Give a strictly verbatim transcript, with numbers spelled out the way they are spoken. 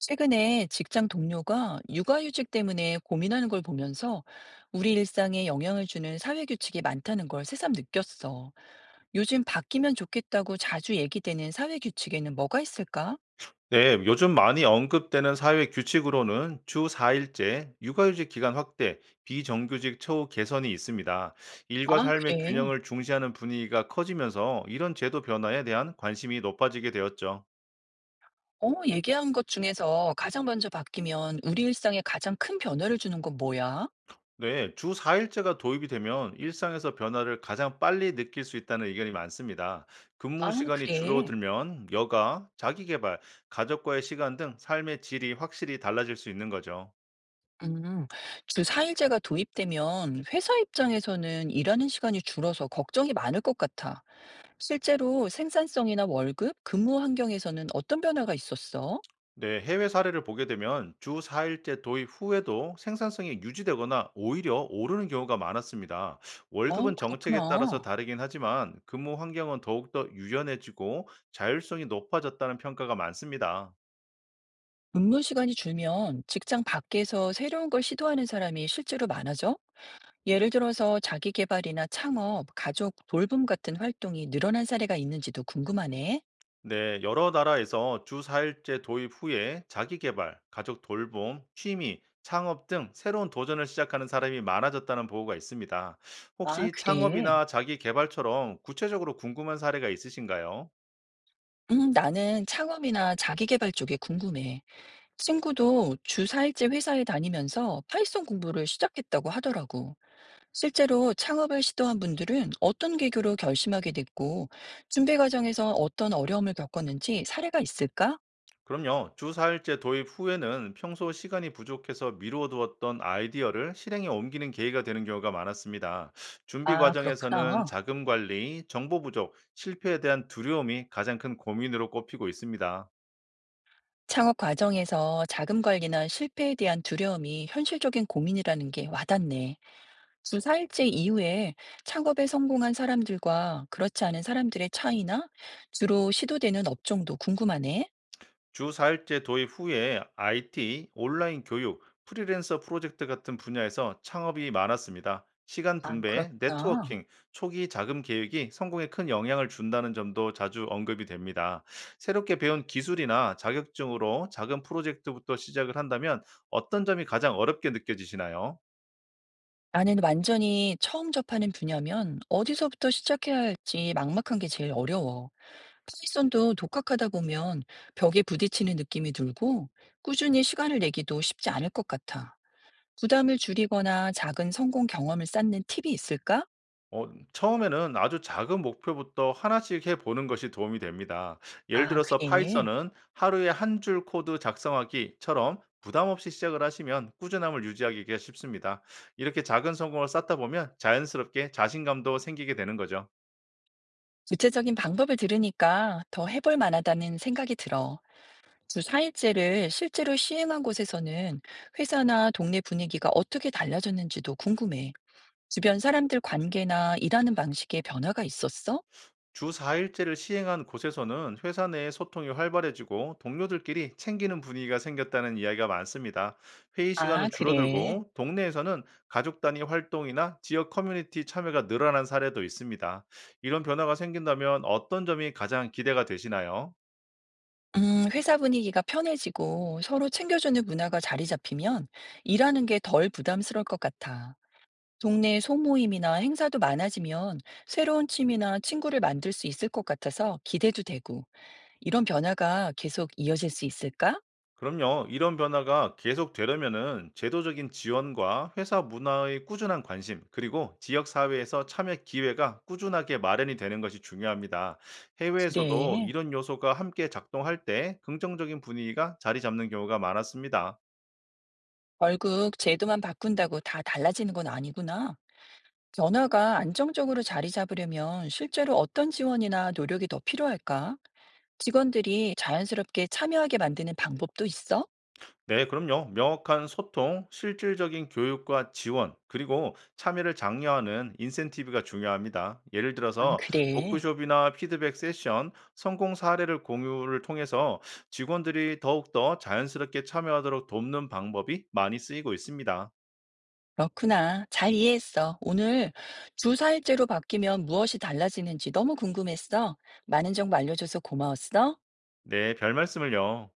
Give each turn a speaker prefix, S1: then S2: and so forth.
S1: 최근에 직장 동료가 육아휴직 때문에 고민하는 걸 보면서 우리 일상에 영향을 주는 사회규칙이 많다는 걸 새삼 느꼈어. 요즘 바뀌면 좋겠다고 자주 얘기되는 사회규칙에는 뭐가 있을까?
S2: 네, 요즘 많이 언급되는 사회 규칙으로는 주 사 일제, 육아휴직 기간 확대, 비정규직 처우 개선이 있습니다. 일과
S1: 아,
S2: 삶의
S1: 그래.
S2: 균형을 중시하는 분위기가 커지면서 이런 제도 변화에 대한 관심이 높아지게 되었죠.
S1: 어, 얘기한 것 중에서 가장 먼저 바뀌면 우리 일상에 가장 큰 변화를 주는 건 뭐야?
S2: 네, 주 사 일제가 도입이 되면 일상에서 변화를 가장 빨리 느낄 수 있다는 의견이 많습니다. 근무
S1: 아,
S2: 시간이
S1: 그래.
S2: 줄어들면 여가, 자기개발, 가족과의 시간 등 삶의 질이 확실히 달라질 수 있는 거죠.
S1: 음, 주 사 일제가 도입되면 회사 입장에서는 일하는 시간이 줄어서 걱정이 많을 것 같아. 실제로 생산성이나 월급, 근무 환경에서는 어떤 변화가 있었어?
S2: 네, 해외 사례를 보게 되면 주 사 일제 도입 후에도 생산성이 유지되거나 오히려 오르는 경우가 많았습니다.
S1: 아,
S2: 월급은 정책에 따라서
S1: 그렇구나.
S2: 다르긴 하지만 근무 환경은 더욱더 유연해지고 자율성이 높아졌다는 평가가 많습니다.
S1: 근무 시간이 줄면 직장 밖에서 새로운 걸 시도하는 사람이 실제로 많아져? 예를 들어서 자기 개발이나 창업, 가족 돌봄 같은 활동이 늘어난 사례가 있는지도 궁금하네.
S2: 네, 여러 나라에서 주 사 일제 도입 후에 자기 개발, 가족 돌봄, 취미, 창업 등 새로운 도전을 시작하는 사람이 많아졌다는 보고가 있습니다.
S1: 아,
S2: 혹시
S1: 그래.
S2: 창업이나 자기 개발처럼 구체적으로 궁금한 사례가 있으신가요?
S1: 음, 나는 창업이나 자기 개발 쪽에 궁금해. 친구도 주 사 일째 회사에 다니면서 파이썬 공부를 시작했다고 하더라고. 실제로 창업을 시도한 분들은 어떤 계기로 결심하게 됐고, 준비 과정에서 어떤 어려움을 겪었는지 사례가 있을까?
S2: 그럼요. 주 사 일제 도입 후에는 평소 시간이 부족해서 미루어 두었던 아이디어를 실행에 옮기는 계기가 되는 경우가 많았습니다. 준비
S1: 아,
S2: 과정에서는
S1: 그렇구나.
S2: 자금 관리, 정보 부족, 실패에 대한 두려움이 가장 큰 고민으로 꼽히고 있습니다.
S1: 창업 과정에서 자금 관리나 실패에 대한 두려움이 현실적인 고민이라는 게 와닿네. 주 사 일째 이후에 창업에 성공한 사람들과 그렇지 않은 사람들의 차이나 주로 시도되는 업종도 궁금하네.
S2: 주 사 일제 도입 후에 아이티, 온라인 교육, 프리랜서 프로젝트 같은 분야에서 창업이 많았습니다. 시간
S1: 아,
S2: 분배,
S1: 그렇구나.
S2: 네트워킹, 초기 자금 계획이 성공에 큰 영향을 준다는 점도 자주 언급이 됩니다. 새롭게 배운 기술이나 자격증으로 작은 프로젝트부터 시작을 한다면 어떤 점이 가장 어렵게 느껴지시나요?
S1: 나는 완전히 처음 접하는 분야면 어디서부터 시작해야 할지 막막한 게 제일 어려워. 파이썬도 독학하다 보면 벽에 부딪히는 느낌이 들고 꾸준히 시간을 내기도 쉽지 않을 것 같아. 부담을 줄이거나 작은 성공 경험을 쌓는 팁이 있을까?
S2: 어, 처음에는 아주 작은 목표부터 하나씩 해보는 것이 도움이 됩니다. 예를
S1: 아,
S2: 들어서
S1: 그래.
S2: 파이썬은 하루에 한 줄 코드 작성하기처럼 부담 없이 시작을 하시면 꾸준함을 유지하기가 쉽습니다. 이렇게 작은 성공을 쌓다 보면 자연스럽게 자신감도 생기게 되는 거죠.
S1: 구체적인 방법을 들으니까 더 해볼 만하다는 생각이 들어. 주 사 일째를 실제로 시행한 곳에서는 회사나 동네 분위기가 어떻게 달라졌는지도 궁금해. 주변 사람들 관계나 일하는 방식에 변화가 있었어?
S2: 주 사 일제를 시행한 곳에서는 회사 내 소통이 활발해지고 동료들끼리 챙기는 분위기가 생겼다는 이야기가 많습니다. 회의
S1: 아,
S2: 시간은
S1: 그래.
S2: 줄어들고 동네에서는 가족 단위 활동이나 지역 커뮤니티 참여가 늘어난 사례도 있습니다. 이런 변화가 생긴다면 어떤 점이 가장 기대가 되시나요?
S1: 음, 회사 분위기가 편해지고 서로 챙겨주는 문화가 자리 잡히면 일하는 게 덜 부담스러울 것 같아. 동네 소모임이나 행사도 많아지면 새로운 취미나 친구를 만들 수 있을 것 같아서 기대도 되고, 이런 변화가 계속 이어질 수 있을까?
S2: 그럼요. 이런 변화가 계속 되려면은 제도적인 지원과 회사 문화의 꾸준한 관심, 그리고 지역 사회에서 참여 기회가 꾸준하게 마련이 되는 것이 중요합니다. 해외에서도
S1: 그래.
S2: 이런 요소가 함께 작동할 때 긍정적인 분위기가 자리 잡는 경우가 많았습니다.
S1: 결국 제도만 바꾼다고 다 달라지는 건 아니구나. 변화가 안정적으로 자리 잡으려면 실제로 어떤 지원이나 노력이 더 필요할까? 직원들이 자연스럽게 참여하게 만드는 방법도 있어?
S2: 네, 그럼요. 명확한 소통, 실질적인 교육과 지원, 그리고 참여를 장려하는 인센티브가 중요합니다. 예를
S1: 아,
S2: 들어서
S1: 그래.
S2: 워크숍이나 피드백 세션, 성공 사례를 공유를 통해서 직원들이 더욱더 자연스럽게 참여하도록 돕는 방법이 많이 쓰이고 있습니다.
S1: 그렇구나. 잘 이해했어. 오늘 주사일제로 바뀌면 무엇이 달라지는지 너무 궁금했어. 많은 정보 알려줘서 고마웠어.
S2: 네, 별 말씀을요.